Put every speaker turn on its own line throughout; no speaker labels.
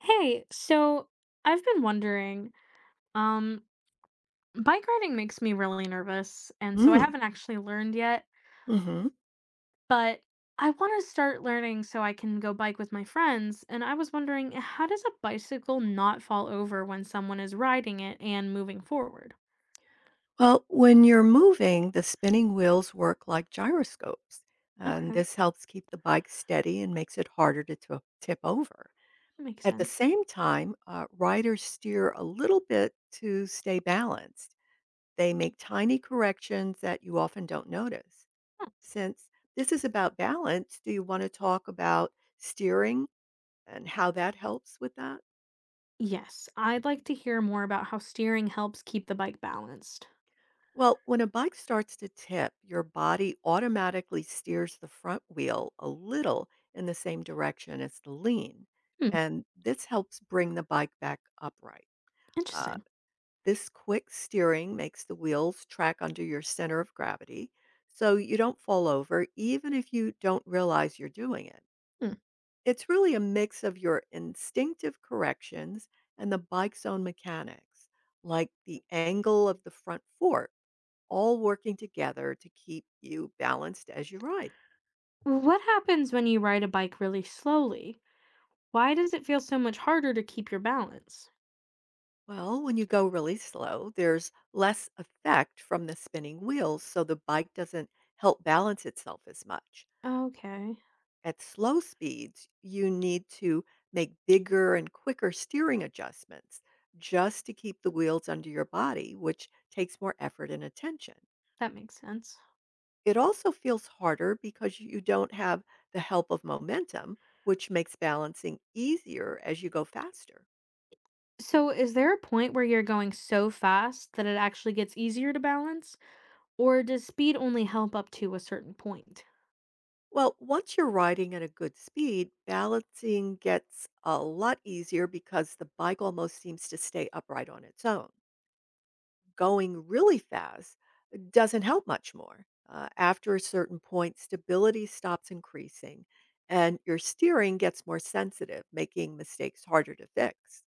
Hey, so I've been wondering, um, bike riding makes me really nervous, and so I
Mm,
haven't actually learned yet,
mhm.
but I want to start learning so I can go bike with my friends, and I was wondering, how does a bicycle not fall over when someone is riding it and moving forward?
Well, when you're moving, the spinning wheels work like gyroscopes, and
Okay,
this helps keep the bike steady and makes it harder to tip over.
that makes
At the
sense.
same time, riders steer a little bit to stay balanced. They make tiny corrections that you often don't notice. Since this is about balance, do you want to talk about steering and how that helps with that?
Yes, I'd like to hear more about how steering helps keep the bike balanced.
Well, when a bike starts to tip, your body automatically steers the front wheel a little in the same direction as the lean.
Hmm,
And this helps bring the bike back upright. Uh,
interesting.
this quick steering makes the wheels track under your center of gravity so you don't fall over, even if you don't realize you're doing it.
Hmm.
It's really a mix of your instinctive corrections and the bike's own mechanics, like the angle of the front fork all working together to keep you balanced as you ride.
What happens when you ride a bike really slowly? Why does it feel so much harder to keep your balance?
Well, when you go really slow, there's less effect from the spinning wheels, so the bike doesn't help balance itself as much.
Okay,
At slow speeds, you need to make bigger and quicker steering adjustments just to keep the wheels under your body, which takes more effort and attention.
that makes sense.
It also feels harder because you don't have the help of momentum, which makes balancing easier as you go faster.
So, is there a point where you're going so fast that it actually gets easier to balance, or does speed only help up to a certain point?
Well, once you're riding at a good speed, balancing gets a lot easier because the bike almost seems to stay upright on its own. Going really fast doesn't help much more. After a certain point, stability stops increasing and your steering gets more sensitive, making mistakes harder to fix.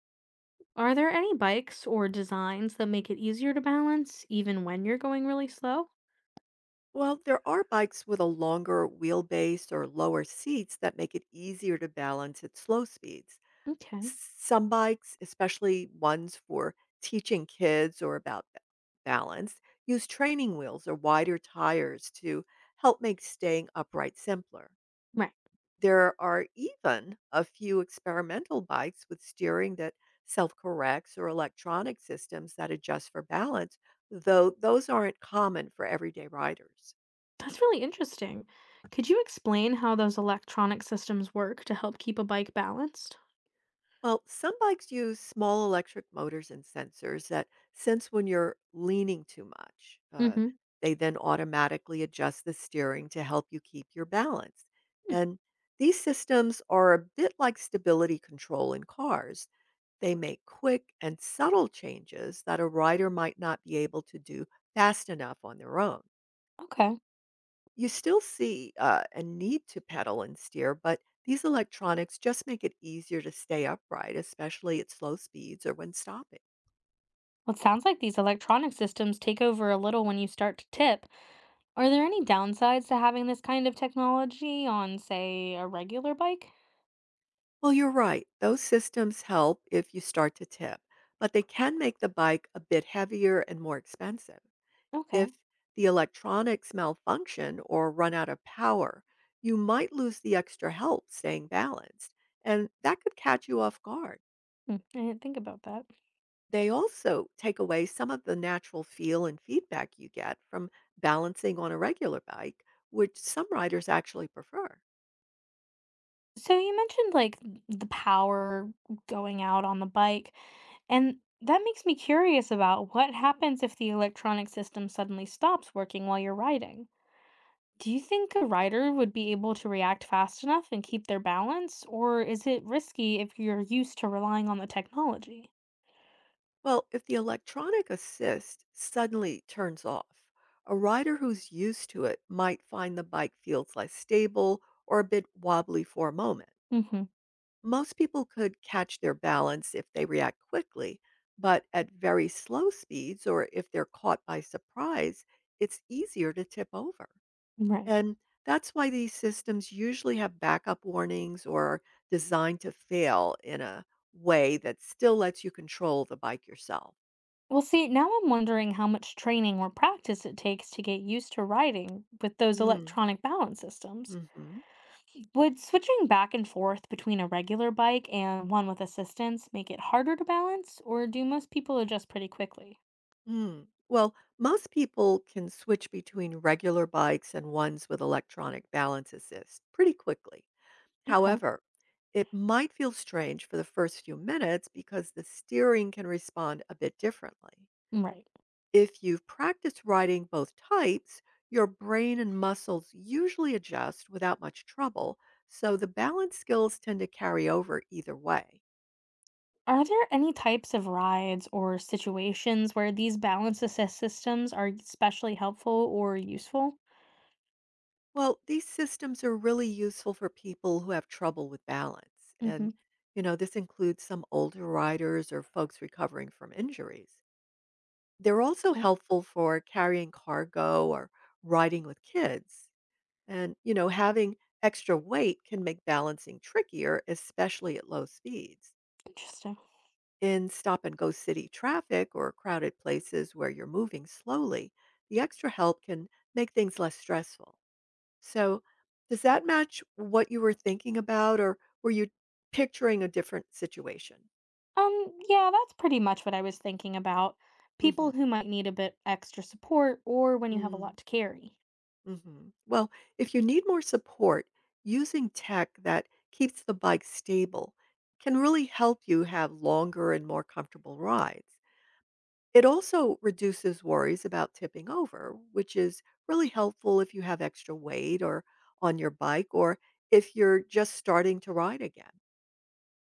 Are there any bikes or designs that make it easier to balance even when you're going really slow?
Well, there are bikes with a longer wheelbase or lower seats that make it easier to balance at slow speeds.
Okay,
Some bikes, especially ones for teaching kids or about balance, use training wheels or wider tires to help make staying upright simpler.
right.
There are even a few experimental bikes with steering that self corrects or electronic systems that adjust for balance, though those aren't common for everyday riders.
That's really interesting. Could you explain how those electronic systems work to help keep a bike balanced?
Well, some bikes use small electric motors and sensors that sense when you're leaning too much.
Mm hmm.
They then automatically adjust the steering to help you keep your balance. And these systems are a bit like stability control in cars. They make quick and subtle changes that a rider might not be able to do fast enough on their own.
Okay.
You still see, a need to pedal and steer, but these electronics just make it easier to stay upright, especially at slow speeds or when stopping.
Well, it sounds like these electronic systems take over a little when you start to tip. Are there any downsides to having this kind of technology on, say, a regular bike?
Well, you're right. Those systems help if you start to tip, but they can make the bike a bit heavier and more expensive.
Okay.
If the electronics malfunction or run out of power, you might lose the extra help staying balanced, and that could catch you off guard.
Hmm, I didn't think about that.
They also take away some of the natural feel and feedback you get from balancing on a regular bike, which some riders actually prefer.
So you mentioned like the power going out on the bike, and that makes me curious about what happens if the electronic system suddenly stops working while you're riding. Do you think a rider would be able to react fast enough and keep their balance, or is it risky if you're used to relying on the technology?
Well, if the electronic assist suddenly turns off, a rider who's used to it might find the bike feels less stable or a bit wobbly for a moment.
Hmm.
Most people could catch their balance if they react quickly, but at very slow speeds or if they're caught by surprise, it's easier to tip over.
Right.
And that's why these systems usually have backup warnings or are designed to fail in a way that still lets you control the bike yourself.
Well, see, now I'm wondering how much training or practice it takes to get used to riding with those
Mm,
electronic balance systems.
mhm,
Would switching back and forth between a regular bike and one with assistance make it harder to balance, or do most people adjust pretty quickly?
mm. Well, most people can switch between regular bikes and ones with electronic balance assist pretty quickly.
Okay.
However, it might feel strange for the first few minutes because the steering can respond a bit differently.
Right.
If you've practiced writing both types, your brain and muscles usually adjust without much trouble, so the balance skills tend to carry over either way.
Are there any types of rides or situations where these balance assist systems are especially helpful or useful?
Well, these systems are really useful for people who have trouble with balance.
Mm-hmm.
And, you know, this includes some older riders or folks recovering from injuries. They're also
Okay.
helpful for carrying cargo or riding with kids. And, you know, having extra weight can make balancing trickier, especially at low speeds.
Interesting.
In stop and go city traffic or crowded places where you're moving slowly, the extra help can make things less stressful. So, does that match what you were thinking about, or were you picturing a different situation?
Yeah, that's pretty much what I was thinking about. People
Hmm.
who might need a bit extra support or when you have a
Mm,
lot to carry.
mhm. Well, if you need more support, using tech that keeps the bike stable can really help you have longer and more comfortable rides. It also reduces worries about tipping over, which is really helpful if you have extra weight or on your bike or if you're just starting to ride again.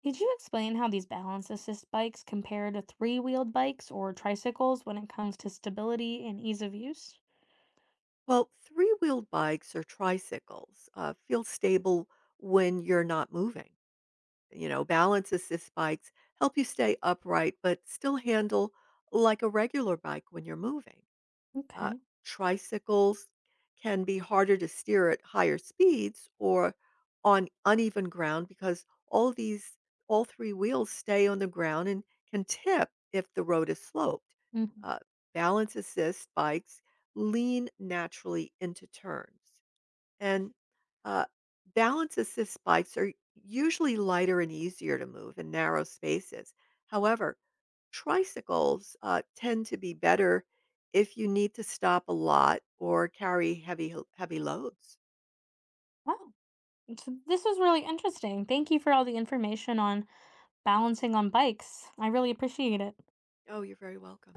Could you explain how these balance assist bikes compare to three-wheeled bikes or tricycles when it comes to stability and ease of use?
Well, three wheeled bikes or tricycles feel stable when you're not moving. You know, balance assist bikes help you stay upright but still handle like a regular bike when you're moving. Uh,
Okay.
Tricycles can be harder to steer at higher speeds or on uneven ground because all three wheels stay on the ground and can tip if the road is sloped.
Hmm.
Uh, Balance assist bikes lean naturally into turns, and uh, balance assist bikes are usually lighter and easier to move in narrow spaces. However, tricycles, tend to be better if you need to stop a lot or carry heavy loads.
Wow. So this was really interesting. Thank you for all the information on balancing on bikes. I really appreciate it.
Oh, you're very welcome.